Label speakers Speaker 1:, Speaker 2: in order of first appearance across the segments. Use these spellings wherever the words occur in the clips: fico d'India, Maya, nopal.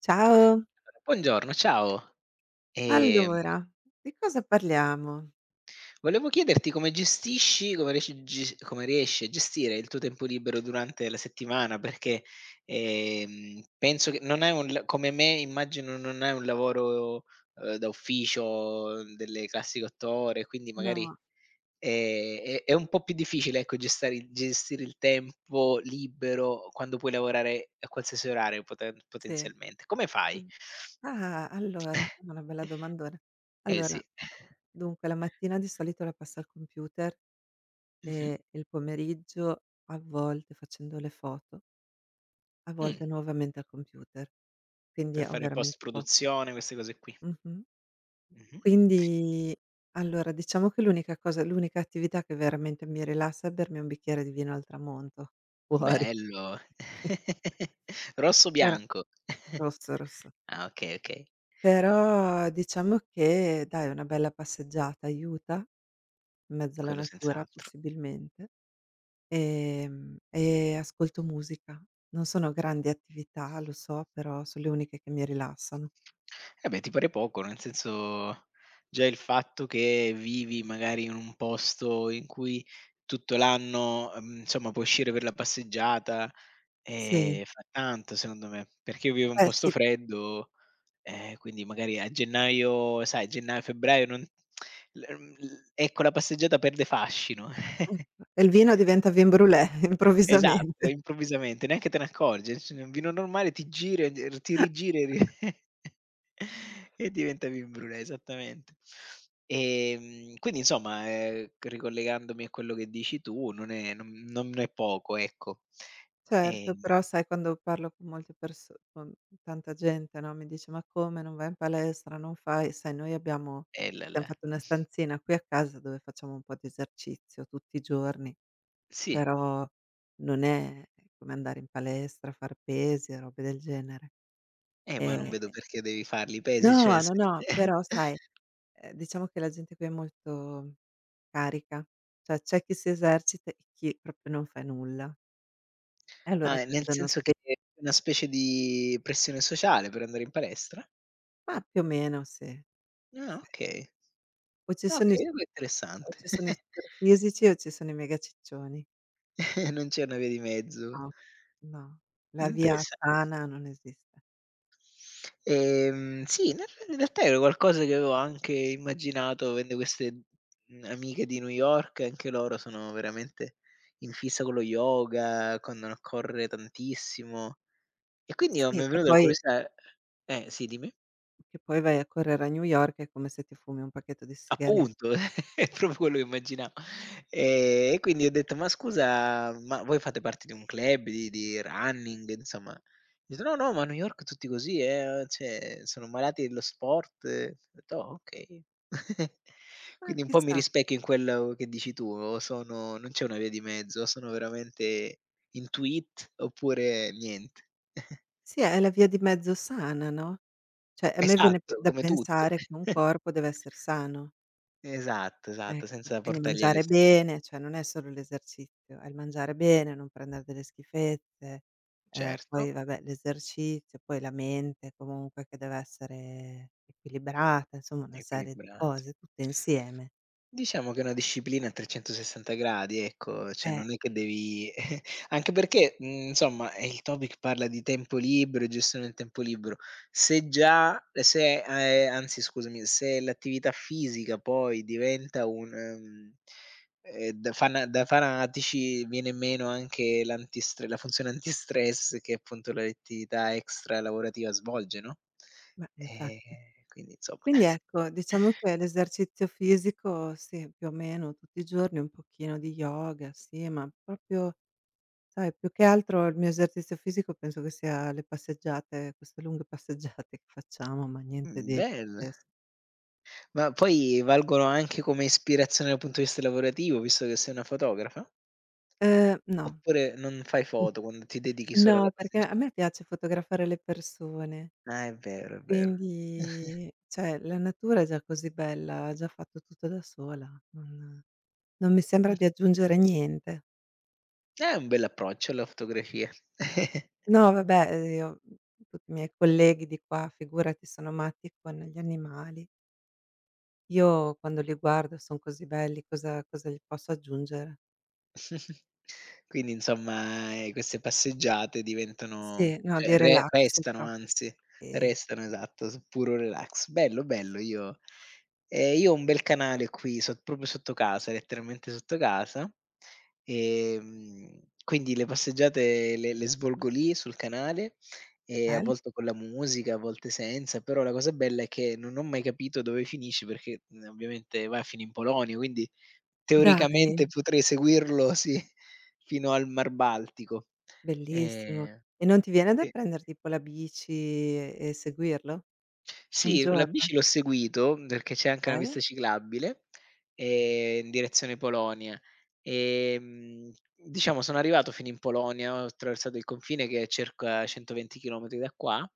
Speaker 1: Ciao,
Speaker 2: Buongiorno, ciao. Ehm,
Speaker 1: allora di cosa parliamo?
Speaker 2: Volevo chiederti come gestisci come riesci a gestire il tuo tempo libero durante la settimana, perché, penso che non è un l come me immagino non è un lavoro, da ufficio delle classiche 8 ore, quindi magari,
Speaker 1: No,
Speaker 2: è un po' più difficile, ecco, gestare il gestire il tempo libero quando puoi lavorare a qualsiasi orario
Speaker 1: sì.
Speaker 2: potenzialmente. Come fai?
Speaker 1: Mh. Ah, allora, una bella domandona.
Speaker 2: Eh
Speaker 1: Allora,
Speaker 2: sì.
Speaker 1: dunque la mattina di solito la passo al computer
Speaker 2: Mh-mh.
Speaker 1: e il pomeriggio a volte facendo le foto, a
Speaker 2: Mh,
Speaker 1: volte nuovamente al computer. Quindi
Speaker 2: per
Speaker 1: ho
Speaker 2: fare post
Speaker 1: veramente poco.
Speaker 2: produzione, queste cose qui.
Speaker 1: Mh-mh.
Speaker 2: Mh-mh.
Speaker 1: Quindi allora diciamo che l'unica attività che veramente mi rilassa è bermi un bicchiere di vino al tramonto, fuori.
Speaker 2: Bello. Rosso
Speaker 1: Però.
Speaker 2: bianco.
Speaker 1: Rossa, rossa.
Speaker 2: Ah, okay, okay,
Speaker 1: Però diciamo che dai una bella passeggiata aiuta, in mezzo alla
Speaker 2: quello
Speaker 1: natura
Speaker 2: senz'altro.
Speaker 1: possibilmente, e ascolto musica. Non sono grandi attività, lo so, però son le uniche che mi rilassano.
Speaker 2: Eh beh, ti pare poco, nel senso già il fatto che vivi magari in un posto in cui tutto l'anno, insomma, puoi uscire per la passeggiata,
Speaker 1: Sì,
Speaker 2: fa tanto secondo me, perché io vivo in un
Speaker 1: beh
Speaker 2: posto
Speaker 1: sì,
Speaker 2: freddo, quindi magari a gennaio sai gennaio, febbraio non l mhmm, l ecco, la passeggiata perde fascino.
Speaker 1: mh, e il vino diventa vin brulé improvvisamente.
Speaker 2: Esatto, improvvisamente, neanche te ne accorgi. Adesso in un vino normale ti gira, d ti rigira e ri e diventa vin brulé, esattamente. Quindi insomma, c ricollegandomi a quello che dici tu, non è poco, ecco.
Speaker 1: Certo, però
Speaker 2: Ehm,
Speaker 1: sai quando parlo con molte perso con tanta gente, no, mi dice: "Ma come non vai in palestra, non fai", sai noi abbiamo
Speaker 2: e l
Speaker 1: abbiam
Speaker 2: l
Speaker 1: fatto una stanzina qui a casa dove facciamo un po' di esercizio tutti i giorni,
Speaker 2: Sì,
Speaker 1: però non è come andare in palestra, far pesi e robe del genere.
Speaker 2: ma non
Speaker 1: Ehm
Speaker 2: vedo perché devi farli i pesi, cioè
Speaker 1: no,
Speaker 2: se
Speaker 1: no, no, però sai, diciamo che la gente qui è molto carica, cioè c'è chi si esercita e chi proprio non fa nulla. E allora
Speaker 2: ah,
Speaker 1: ti
Speaker 2: nel
Speaker 1: danno
Speaker 2: senso che
Speaker 1: spe
Speaker 2: è una specie di pressione sociale per andare in palestra?
Speaker 1: ma più o meno sì.
Speaker 2: Ah,
Speaker 1: Sì,
Speaker 2: okay.
Speaker 1: o ci sono i
Speaker 2: Okay,
Speaker 1: s o
Speaker 2: interessante.
Speaker 1: ci sono i superfisici o ci sono i megaciccioni.
Speaker 2: Non c'è una via di mezzo.
Speaker 1: No, no, la via
Speaker 2: Interessa
Speaker 1: sana non esiste.
Speaker 2: sì, in realtà era qualcosa che avevo anche immaginato, avendo queste, amiche di New York, anche loro sono veramente in fissa con lo yoga, con correre tantissimo. E quindi, oh,
Speaker 1: Sì,
Speaker 2: mi è
Speaker 1: che
Speaker 2: venuta la
Speaker 1: poi
Speaker 2: curiosità sì, dimmi.
Speaker 1: che poi vai a correre a New York è come se ti fumi un pacchetto di sigarette.
Speaker 2: Appunto, è proprio quello che immaginavo. E quindi ho detto: "Ma scusa, ma voi fate parte di un club di running, insomma?" Mi fa: "No, no, ma a New York tutti così, cioè sono malati dello sport." Ho detto: "Oh, okay."
Speaker 1: Ma
Speaker 2: Quindi un po' mi
Speaker 1: chissà,
Speaker 2: rispecchio in quello che dici tu, o sono non c'è una via di mezzo, o sono veramente "into it" oppure niente.
Speaker 1: sì, è la via di mezzo sana, no, cioè a me viene p
Speaker 2: Esatto,
Speaker 1: da
Speaker 2: come tutto.
Speaker 1: pensare che un corpo deve esser sano.
Speaker 2: Esatto, esatto,
Speaker 1: Ecco,
Speaker 2: senza
Speaker 1: quindi
Speaker 2: portarli
Speaker 1: mangiare
Speaker 2: all'estremo.
Speaker 1: bene, cioè non è solo l'esercizio, è il mangiare bene, non prendere delle schifezze, poi
Speaker 2: Certo.
Speaker 1: vabbè l'esercizio, poi la mente comunque che deve essere equilibrata, insomma una serie di
Speaker 2: Equilibrato.
Speaker 1: cose tutte insieme.
Speaker 2: Diciamo che è una disciplina a 360 gradi, ecco, cioè
Speaker 1: Eh,
Speaker 2: non è che devi anche perché, insomma, il topic parla di tempo libero e gestione del tempo libero. Se già se, anzi scusami, se l'attività fisica poi diventa un da fanatici viene meno anche l'antistre la funzione antistress che appunto l'attività extra lavorativa svolge, no,
Speaker 1: beh
Speaker 2: ehm,
Speaker 1: infatti.
Speaker 2: quindi insomma
Speaker 1: Quindi ecco, diciamo che l'esercizio fisico sì, più o meno tutti i giorni, un pochino di yoga, sì, ma proprio. Sai, più che altro il mio esercizio fisico penso che sia le passeggiate, queste lunghe passeggiate che facciamo, ma niente di
Speaker 2: Bello.
Speaker 1: pazzes.
Speaker 2: Ma poi valgono anche come ispirazione dal punto di vista lavorativo, visto che sei una fotografa?
Speaker 1: No.
Speaker 2: Oppure non fai foto quando ti dedichi solo alla
Speaker 1: No, perché a
Speaker 2: passeggia
Speaker 1: me piace fotografare le persone,
Speaker 2: ah, è vero, è vero.
Speaker 1: quindi cioè la natura è già così bella, ha già fatto tutto da sola, non mi sembra di aggiungere niente.
Speaker 2: È un bell'approccio alla fotografia.
Speaker 1: No, vabbè, io tutti i miei colleghi di qua, figurati, sono matti con gli animali. Io quando li guardo son così belli, cosa gli posso aggiungere?
Speaker 2: Quindi insomma, queste passeggiate diventano
Speaker 1: Sì, no,
Speaker 2: cioè
Speaker 1: di
Speaker 2: re
Speaker 1: relax
Speaker 2: restano
Speaker 1: proprio
Speaker 2: anzi,
Speaker 1: sì,
Speaker 2: restano
Speaker 1: sì,
Speaker 2: esatto, s puro relax. Bello,
Speaker 1: sì,
Speaker 2: bello,
Speaker 1: sì.
Speaker 2: io ho un bel canale qui sot proprio sotto casa, letteralmente sotto casa, quindi le passeggiate le svolgo lì sul canale, a
Speaker 1: Bello.
Speaker 2: volte con la musica, a volte senza, però la cosa bella è che non ho mai capito dove finisce perché, ovviamente vai a finì in Polonia, quindi
Speaker 1: Dai,
Speaker 2: teoricamente potrei seguirlo, sì, fino al Mar Baltico.
Speaker 1: bellissimo.
Speaker 2: Ehm,
Speaker 1: E non ti viene da
Speaker 2: sì.
Speaker 1: prendere tipo la bici e seguirlo? Un
Speaker 2: Sì, con la
Speaker 1: giorno?
Speaker 2: bici l'ho seguito, perché c'è anche una
Speaker 1: Okay,
Speaker 2: pista ciclabile, in direzione Polonia. Diciamo sono arrivato fino in Polonia, ho attraversato il confine che è circa 120 chilometri da qua,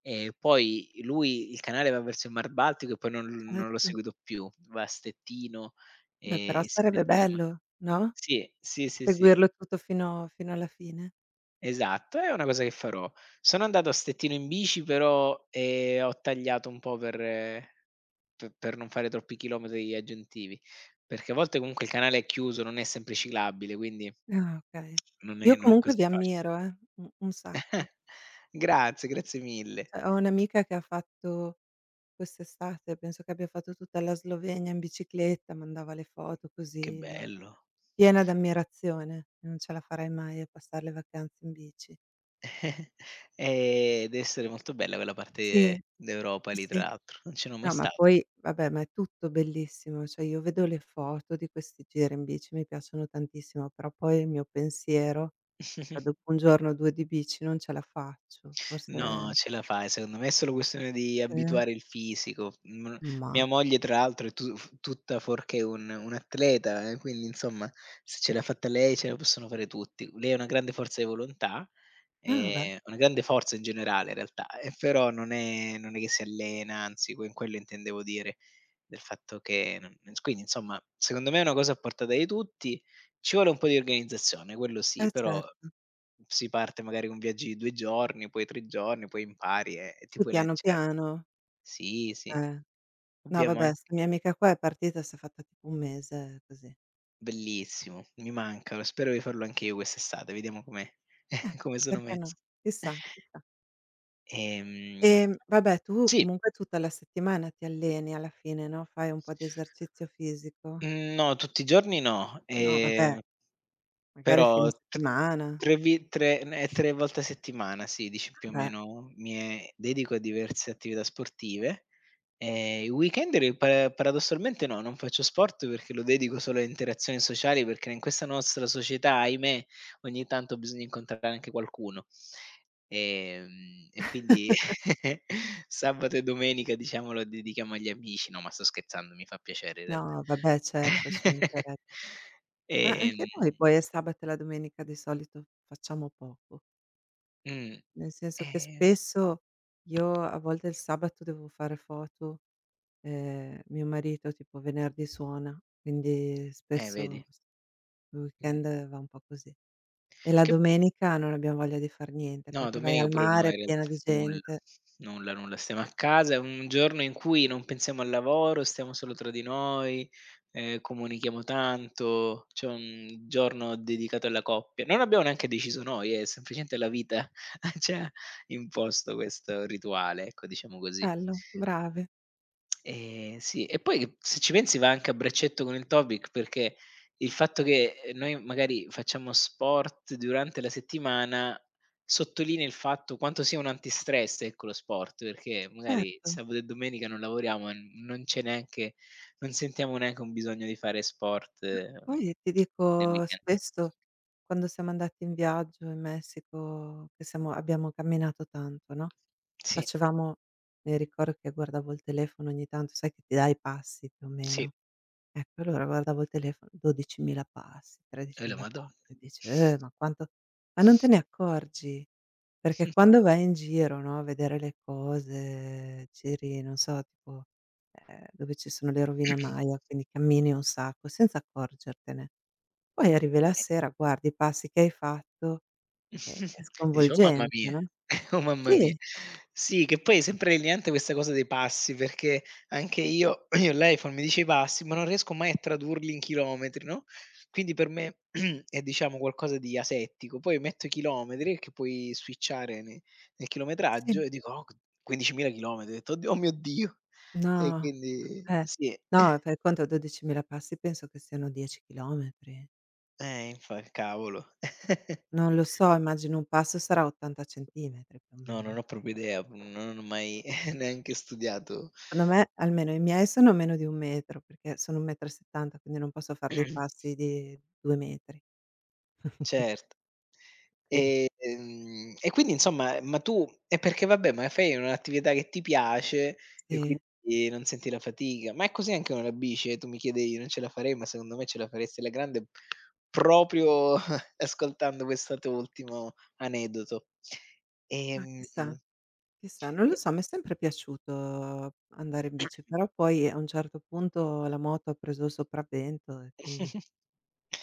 Speaker 2: e poi lui il canale va verso il Mar Baltico e poi non l'ho
Speaker 1: certo.
Speaker 2: seguito più. Va a Stettino
Speaker 1: Beh, però
Speaker 2: e si
Speaker 1: sarebbe
Speaker 2: mette a ma
Speaker 1: bello, no,
Speaker 2: sì, sì, sì, sì.
Speaker 1: seguirlo tutto fino alla fine.
Speaker 2: Esatto, è una cosa che farò. Sono andato a Stettino in bici però, ho tagliato un po' per non fare troppi chilometri aggiuntivi, perché a volte comunque il canale è chiuso, non è sempre ciclabile, quindi
Speaker 1: Ah, okay. Io
Speaker 2: non è
Speaker 1: comunque
Speaker 2: così
Speaker 1: vi
Speaker 2: facile.
Speaker 1: ammiro, u un sacco.
Speaker 2: Grazie, grazie mille.
Speaker 1: Cioè, ho un'amica che ha fatto quest'estate, penso che abbia fatto tutta la Slovenia in bicicletta, mandava le foto
Speaker 2: Che
Speaker 1: così, io.
Speaker 2: bello.
Speaker 1: Piena d'ammirazione, non ce la farei mai a passar le vacanze in bici.
Speaker 2: Dev'essere molto bella quella
Speaker 1: Sì,
Speaker 2: parte d'Europa
Speaker 1: sì,
Speaker 2: lì tra
Speaker 1: sì.
Speaker 2: l'altro, non ci sono mai
Speaker 1: No, ma
Speaker 2: stato.
Speaker 1: poi vabbè, ma è tutto bellissimo, cioè io vedo le foto di questi giri in bici, mi piacciono tantissimo, però poi il mio pensiero, cioè dopo un giorno o 2 di bici non ce la faccio,
Speaker 2: No,
Speaker 1: forse.
Speaker 2: ce la fai secondo me, è solo questione di
Speaker 1: Eh,
Speaker 2: abituare il fisico. Mhmm,
Speaker 1: ma
Speaker 2: Mia moglie tra l'altro è tu f tutta fuorché un atleta, quindi insomma se ce l'ha fatta lei ce la possono fare tutti. Lei ha una grande forza di volontà.
Speaker 1: vabbè,
Speaker 2: Una grande forza in generale in realtà, e però non è che si allena, anzi quello intendevo dire, del fatto che non ins quindi insomma, secondo me è una cosa a portata di tutti, ci vuole un po' di organizzazione, quello sì,
Speaker 1: eh
Speaker 2: però
Speaker 1: certo.
Speaker 2: si parte magari con viaggi di 2 giorni, poi 3 giorni, poi impari e ti
Speaker 1: Poi
Speaker 2: puoi
Speaker 1: piano
Speaker 2: lanciare.
Speaker 1: piano,
Speaker 2: Sì, sì,
Speaker 1: eh. No
Speaker 2: abbiamo
Speaker 1: vabbè,
Speaker 2: anche
Speaker 1: 'sta mia amica qua è partita, s'è fatta tipo un mese così.
Speaker 2: bellissimo, mi manca, spero di farlo anche io quest'estate, vediamo come
Speaker 1: Eh,
Speaker 2: come sono
Speaker 1: perché no?
Speaker 2: messo.
Speaker 1: Chissà, chissà.
Speaker 2: Ehm,
Speaker 1: Vabbè tu
Speaker 2: sì.
Speaker 1: comunque tutta la settimana ti alleni alla fine, no, fai un po' di esercizio fisico?
Speaker 2: Mhmm, no, tutti i giorni no,
Speaker 1: No vabbè, magari il fine
Speaker 2: però t
Speaker 1: settimana.
Speaker 2: 3 vi 3 ne 3 volte a settimana, sì, dici più o
Speaker 1: Vabbè,
Speaker 2: meno mi dedico a diverse attività sportive. I weekend re pa paradossalmente no, non faccio sport perché lo dedico solo alle interazioni sociali, perché in questa nostra società, ahimè, ogni tanto bisogna incontrare anche qualcuno. E quindi sabato e domenica, diciamo, lo dedichiamo agli amici. No, ma sto scherzando, mi fa piacere in realtà.
Speaker 1: no vabbè certo, ci manchereb ma
Speaker 2: Ehm,
Speaker 1: anche noi poi il sabato e la domenica di solito facciamo poco,
Speaker 2: mh,
Speaker 1: nel senso che
Speaker 2: ehm,
Speaker 1: spesso io a volte il sabato devo fare foto, mio marito tipo venerdì suona, quindi spesso
Speaker 2: vedi.
Speaker 1: s il
Speaker 2: Mh.
Speaker 1: weekend va un po' così. E la
Speaker 2: Che
Speaker 1: domenica non abbiamo voglia di far niente,
Speaker 2: No,
Speaker 1: perché vai
Speaker 2: domenica
Speaker 1: al
Speaker 2: pure no
Speaker 1: mare
Speaker 2: in
Speaker 1: piena
Speaker 2: realtà,
Speaker 1: di
Speaker 2: nulla,
Speaker 1: gente.
Speaker 2: nulla, nulla. Stiamo
Speaker 1: Sì,
Speaker 2: a casa, è un giorno in cui non pensiamo al lavoro, stiamo solo tra di noi, comunichiamo tanto, c'è un giorno dedicato alla coppia. Non abbiamo neanche deciso noi, è semplicemente la vita ci ha imposto questo rituale, ecco, diciamo così.
Speaker 1: bello, brave.
Speaker 2: Sì, e poi se ci pensi va anche a braccetto con il topic, perché il fatto che, noi magari facciamo sport durante la settimana, sottolinea il fatto quanto sia un antistress, ecco, lo sport, perché magari
Speaker 1: Certo.
Speaker 2: sabato e domenica non lavoriamo e non c'è neanche non sentiamo neanche un bisogno di fare sport,
Speaker 1: Poi ti
Speaker 2: nel
Speaker 1: dico
Speaker 2: weekend.
Speaker 1: spesso quando siamo andati in viaggio in Messico, che siamo abbiamo camminato tanto, no,
Speaker 2: Sì,
Speaker 1: facevamo mi ricordo che guardavo il telefono ogni tanto, sai che ti dà i passi più o
Speaker 2: sì,
Speaker 1: meno. Ecco, allora guardavo il telefono, 12.000 passi,
Speaker 2: e la
Speaker 1: 13.000
Speaker 2: madonna.
Speaker 1: passi, e dici: ma quanto", ma non te ne accorgi, perché quando vai in giro, no, a vedere le cose, giri, non so, tipo, dove ci sono le rovine Maya, quindi cammini un sacco senza accorgertene. Poi arrivi la sera, guardi i passi che hai fatto, è
Speaker 2: E dici: "Oh mamma
Speaker 1: sconvolgente,
Speaker 2: mia,
Speaker 1: no?
Speaker 2: oh mamma mia".
Speaker 1: Sì,
Speaker 2: Sì, che poi è sempre alienante questa cosa dei passi, perché anche io io ho l'iPhone, mi dice i passi, ma non riesco mai a tradurli in chilometri, no, quindi per me è diciamo qualcosa di asettico. Poi metto i chilometri, che puoi switchare ne nel chilometraggio
Speaker 1: sì.
Speaker 2: e dico: "Oh, 15.000 chilometri", ho detto: "Oddi oh mio Dio".
Speaker 1: No,
Speaker 2: E quindi
Speaker 1: eh,
Speaker 2: sì,
Speaker 1: no, fai conto 12.000 passi penso che siano 10 chilometri.
Speaker 2: infa cavolo.
Speaker 1: Non lo so, immagino un passo sarà 80 centimetri più o
Speaker 2: No, non
Speaker 1: meno.
Speaker 2: ho proprio idea, non ho mai neanche studiato.
Speaker 1: Secondo me almeno i miei sono meno di 1 metro, perché sono 1,70 m, quindi non posso far dei passi di 2 metri. Qui
Speaker 2: Certo.
Speaker 1: quindi
Speaker 2: E quindi insomma ma tu è perché vabbè, ma fai un'attività che ti piace e
Speaker 1: Sì,
Speaker 2: quindi non senti la fatica. Ma è così anche con la bici, tu mi chiedevi: "Non ce la farei?" Ma secondo me ce la faresti alla grande proprio ascoltando questo tuo ultimo aneddoto.
Speaker 1: ma
Speaker 2: Ehm
Speaker 1: chissà, chissà, non lo
Speaker 2: E
Speaker 1: so, m'è sempre piaciuto andare in bici, però poi a un certo punto la moto ha preso il sopravvento e quindi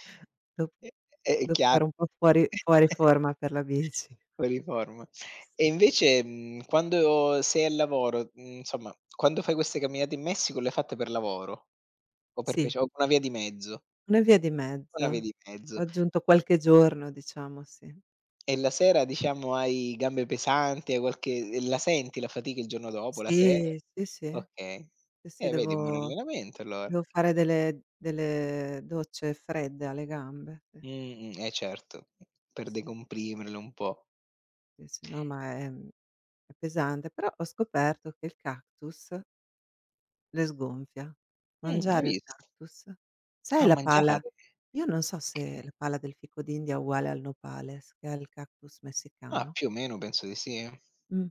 Speaker 1: dop
Speaker 2: E e è
Speaker 1: dopo
Speaker 2: chiaro.
Speaker 1: ero un po' fuori forma per la bici.
Speaker 2: Fuori forma. E
Speaker 1: Sì.
Speaker 2: invece, quando sei al lavoro, insomma, quando fai queste camminate in Messico le hai fatte per lavoro? O per
Speaker 1: Sì,
Speaker 2: piace o una via di mezzo?
Speaker 1: una via di
Speaker 2: Una via
Speaker 1: mezzo.
Speaker 2: di
Speaker 1: Ho
Speaker 2: mezzo.
Speaker 1: aggiunto qualche giorno diciamo, sì.
Speaker 2: E la sera diciamo hai gambe pesanti, hai qualche e la senti la fatica il giorno dopo, la sera?
Speaker 1: Sì, sì, sì.
Speaker 2: Okay.
Speaker 1: Sì, sì,
Speaker 2: Vedi, un buon
Speaker 1: devo
Speaker 2: allenamento allora.
Speaker 1: devo fare delle docce fredde alle gambe. Sì,
Speaker 2: Mh-mh, eh certo,
Speaker 1: sì,
Speaker 2: per
Speaker 1: sì,
Speaker 2: decomprimerlo un po'.
Speaker 1: sì, sì, no, ma è pesante. Però ho scoperto che il cactus le sgonfia.
Speaker 2: Hai
Speaker 1: Mangiare il
Speaker 2: vis
Speaker 1: cactus, sai,
Speaker 2: a
Speaker 1: la pala,
Speaker 2: mangiare?
Speaker 1: io non so
Speaker 2: Okay.
Speaker 1: se la pala del fico d'India è uguale al nopales, che è il cactus
Speaker 2: Ma
Speaker 1: messicano.
Speaker 2: più o meno penso di sì.
Speaker 1: Mh.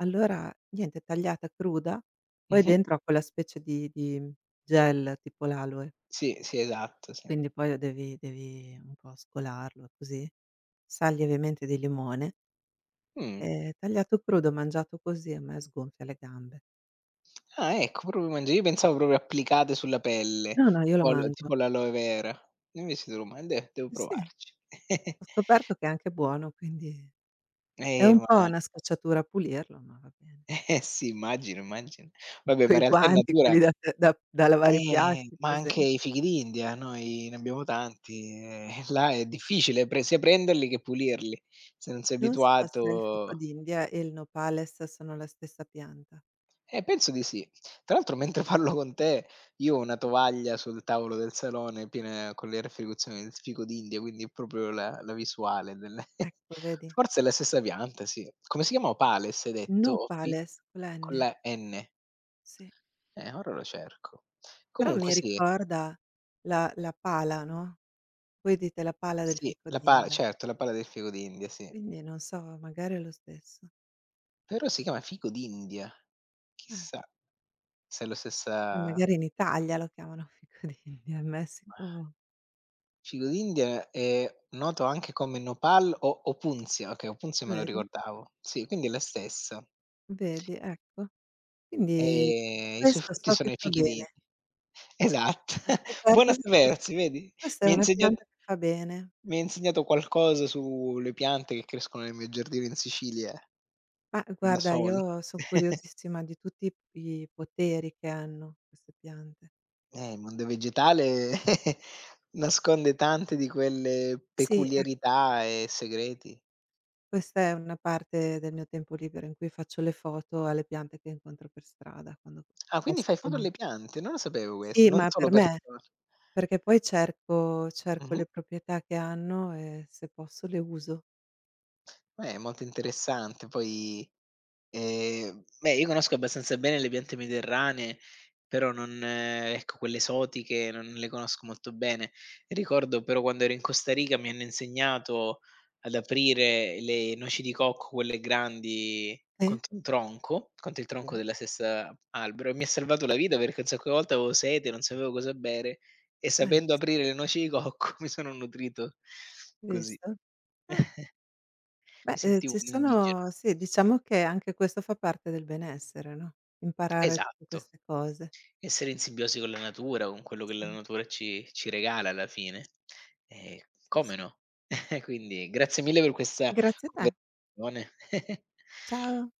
Speaker 1: Allora niente, tagliata cruda, poi
Speaker 2: Mh-mh.
Speaker 1: dentro ha quella specie di gel tipo l'aloe.
Speaker 2: Sì, sì, esatto, sì.
Speaker 1: Quindi poi lo devi un po' scolarlo così. Sal lievemente di limone,
Speaker 2: Mh.
Speaker 1: tagliato crudo, mangiato così, a me sgonfia le gambe.
Speaker 2: Ah, ecco, proprio mangia, io pensavo proprio applicate sulla pelle,
Speaker 1: No, no, io lo
Speaker 2: tipo al
Speaker 1: mangio.
Speaker 2: tipo l'aloe vera. Invece te lo man de devo
Speaker 1: Sì, sì, ho
Speaker 2: provarci.
Speaker 1: scoperto che è anche buono, quindi è
Speaker 2: Eh,
Speaker 1: un po'
Speaker 2: ma
Speaker 1: una scocciatura pulirlo, ma va bene.
Speaker 2: eh sì, immagino, immagino. Vabbè, ma in
Speaker 1: Quei
Speaker 2: realtà in
Speaker 1: guanti,
Speaker 2: natura
Speaker 1: quelli da t da da lavare i piatti,
Speaker 2: ma anche
Speaker 1: presen
Speaker 2: i fichi d'India, noi ne abbiamo tanti, e là è difficile pre sia prenderli che pulirli. Se non sei
Speaker 1: non so se il fico
Speaker 2: abituato
Speaker 1: d'India e il nopales sono la stessa pianta.
Speaker 2: eh, penso di sì. Tra l'altro mentre parlo con te io ho una tovaglia sul tavolo del salone piena con le raffigurazioni del fico d'India, quindi proprio la visuale del
Speaker 1: Ecco, vedi?
Speaker 2: forse è la stessa pianta, sì. Come si chiama opales hai detto? O pi
Speaker 1: Nopales con la
Speaker 2: Con
Speaker 1: N,
Speaker 2: la N.
Speaker 1: sì.
Speaker 2: Ora lo cerco.
Speaker 1: Però
Speaker 2: Comunque
Speaker 1: mi
Speaker 2: sì,
Speaker 1: ricorda la pala, no, voi dite la pala del
Speaker 2: sì,
Speaker 1: fico
Speaker 2: la pa
Speaker 1: d'India,
Speaker 2: certo, la pala del fico d'India, sì.
Speaker 1: quindi non so, magari è lo stesso.
Speaker 2: Però si chiama fico d'India.
Speaker 1: Eh,
Speaker 2: Chissà se è la
Speaker 1: ma
Speaker 2: stessa.
Speaker 1: magari in Italia lo chiamano fico d'India, in Messico
Speaker 2: Cibo d'India è noto anche come Nopal o opunzia, okay, opunzia me lo
Speaker 1: vedi,
Speaker 2: ricordavo. Sì, quindi è la stessa.
Speaker 1: vedi, ecco. Quindi
Speaker 2: I suoi
Speaker 1: questo
Speaker 2: frutti
Speaker 1: so
Speaker 2: sono
Speaker 1: che
Speaker 2: i
Speaker 1: fa
Speaker 2: fichi d'India.
Speaker 1: bene.
Speaker 2: Esatto,
Speaker 1: Ho
Speaker 2: buono
Speaker 1: scoperto
Speaker 2: a
Speaker 1: che ques
Speaker 2: sapersi, vedi?
Speaker 1: questa è
Speaker 2: Mi hai
Speaker 1: una
Speaker 2: insegnat
Speaker 1: pianta che fa bene.
Speaker 2: Mi hai insegnato qualcosa sulle piante che crescono nel mio giardino in Sicilia
Speaker 1: Ma
Speaker 2: da
Speaker 1: guarda,
Speaker 2: soli.
Speaker 1: io son curiosissima di tutti i poteri che hanno queste piante.
Speaker 2: Il mondo vegetale nasconde tante di quelle
Speaker 1: Sì, ecco.
Speaker 2: peculiarità e segreti.
Speaker 1: Questa è una parte del mio tempo libero in cui faccio le foto alle piante che incontro per strada quando
Speaker 2: Ah, quindi fai
Speaker 1: passeggia
Speaker 2: foto alle piante? Non lo sapevo questo,
Speaker 1: sì,
Speaker 2: non
Speaker 1: ma
Speaker 2: solo
Speaker 1: per me,
Speaker 2: persone.
Speaker 1: perché poi cerco
Speaker 2: Mh-mh.
Speaker 1: le proprietà che hanno e se posso le uso.
Speaker 2: Beh, è molto interessante. Poi, beh, io conosco abbastanza bene le piante mediterranee, però non ecco, quelle esotiche non le conosco molto bene. Ricordo però quando ero in Costa Rica mi hanno insegnato ad aprire le noci di cocco, quelle grandi,
Speaker 1: Sì,
Speaker 2: contro un tronco, contro il tronco
Speaker 1: sì.
Speaker 2: della stessa albero, e mi ha salvato la vita perché un sacco di volte avevo sete, non sapevo cosa bere e
Speaker 1: Ah, hai
Speaker 2: sapendo
Speaker 1: visto?
Speaker 2: aprire le noci di cocco mi sono nutrito così.
Speaker 1: Visto? Eh,
Speaker 2: Mi
Speaker 1: beh,
Speaker 2: sentivo
Speaker 1: ci
Speaker 2: un indigeno.
Speaker 1: sono sì, diciamo che anche questo fa parte del benessere, no, imparare tutte
Speaker 2: Esatto.
Speaker 1: queste cose.
Speaker 2: Essere in simbiosi con la natura, con quello che la
Speaker 1: Sì,
Speaker 2: natura ci regala alla fine. Ehm,
Speaker 1: sì,
Speaker 2: Come
Speaker 1: sì.
Speaker 2: no? Quindi grazie mille per questa
Speaker 1: Grazie a te.
Speaker 2: conversazione.
Speaker 1: Ciao.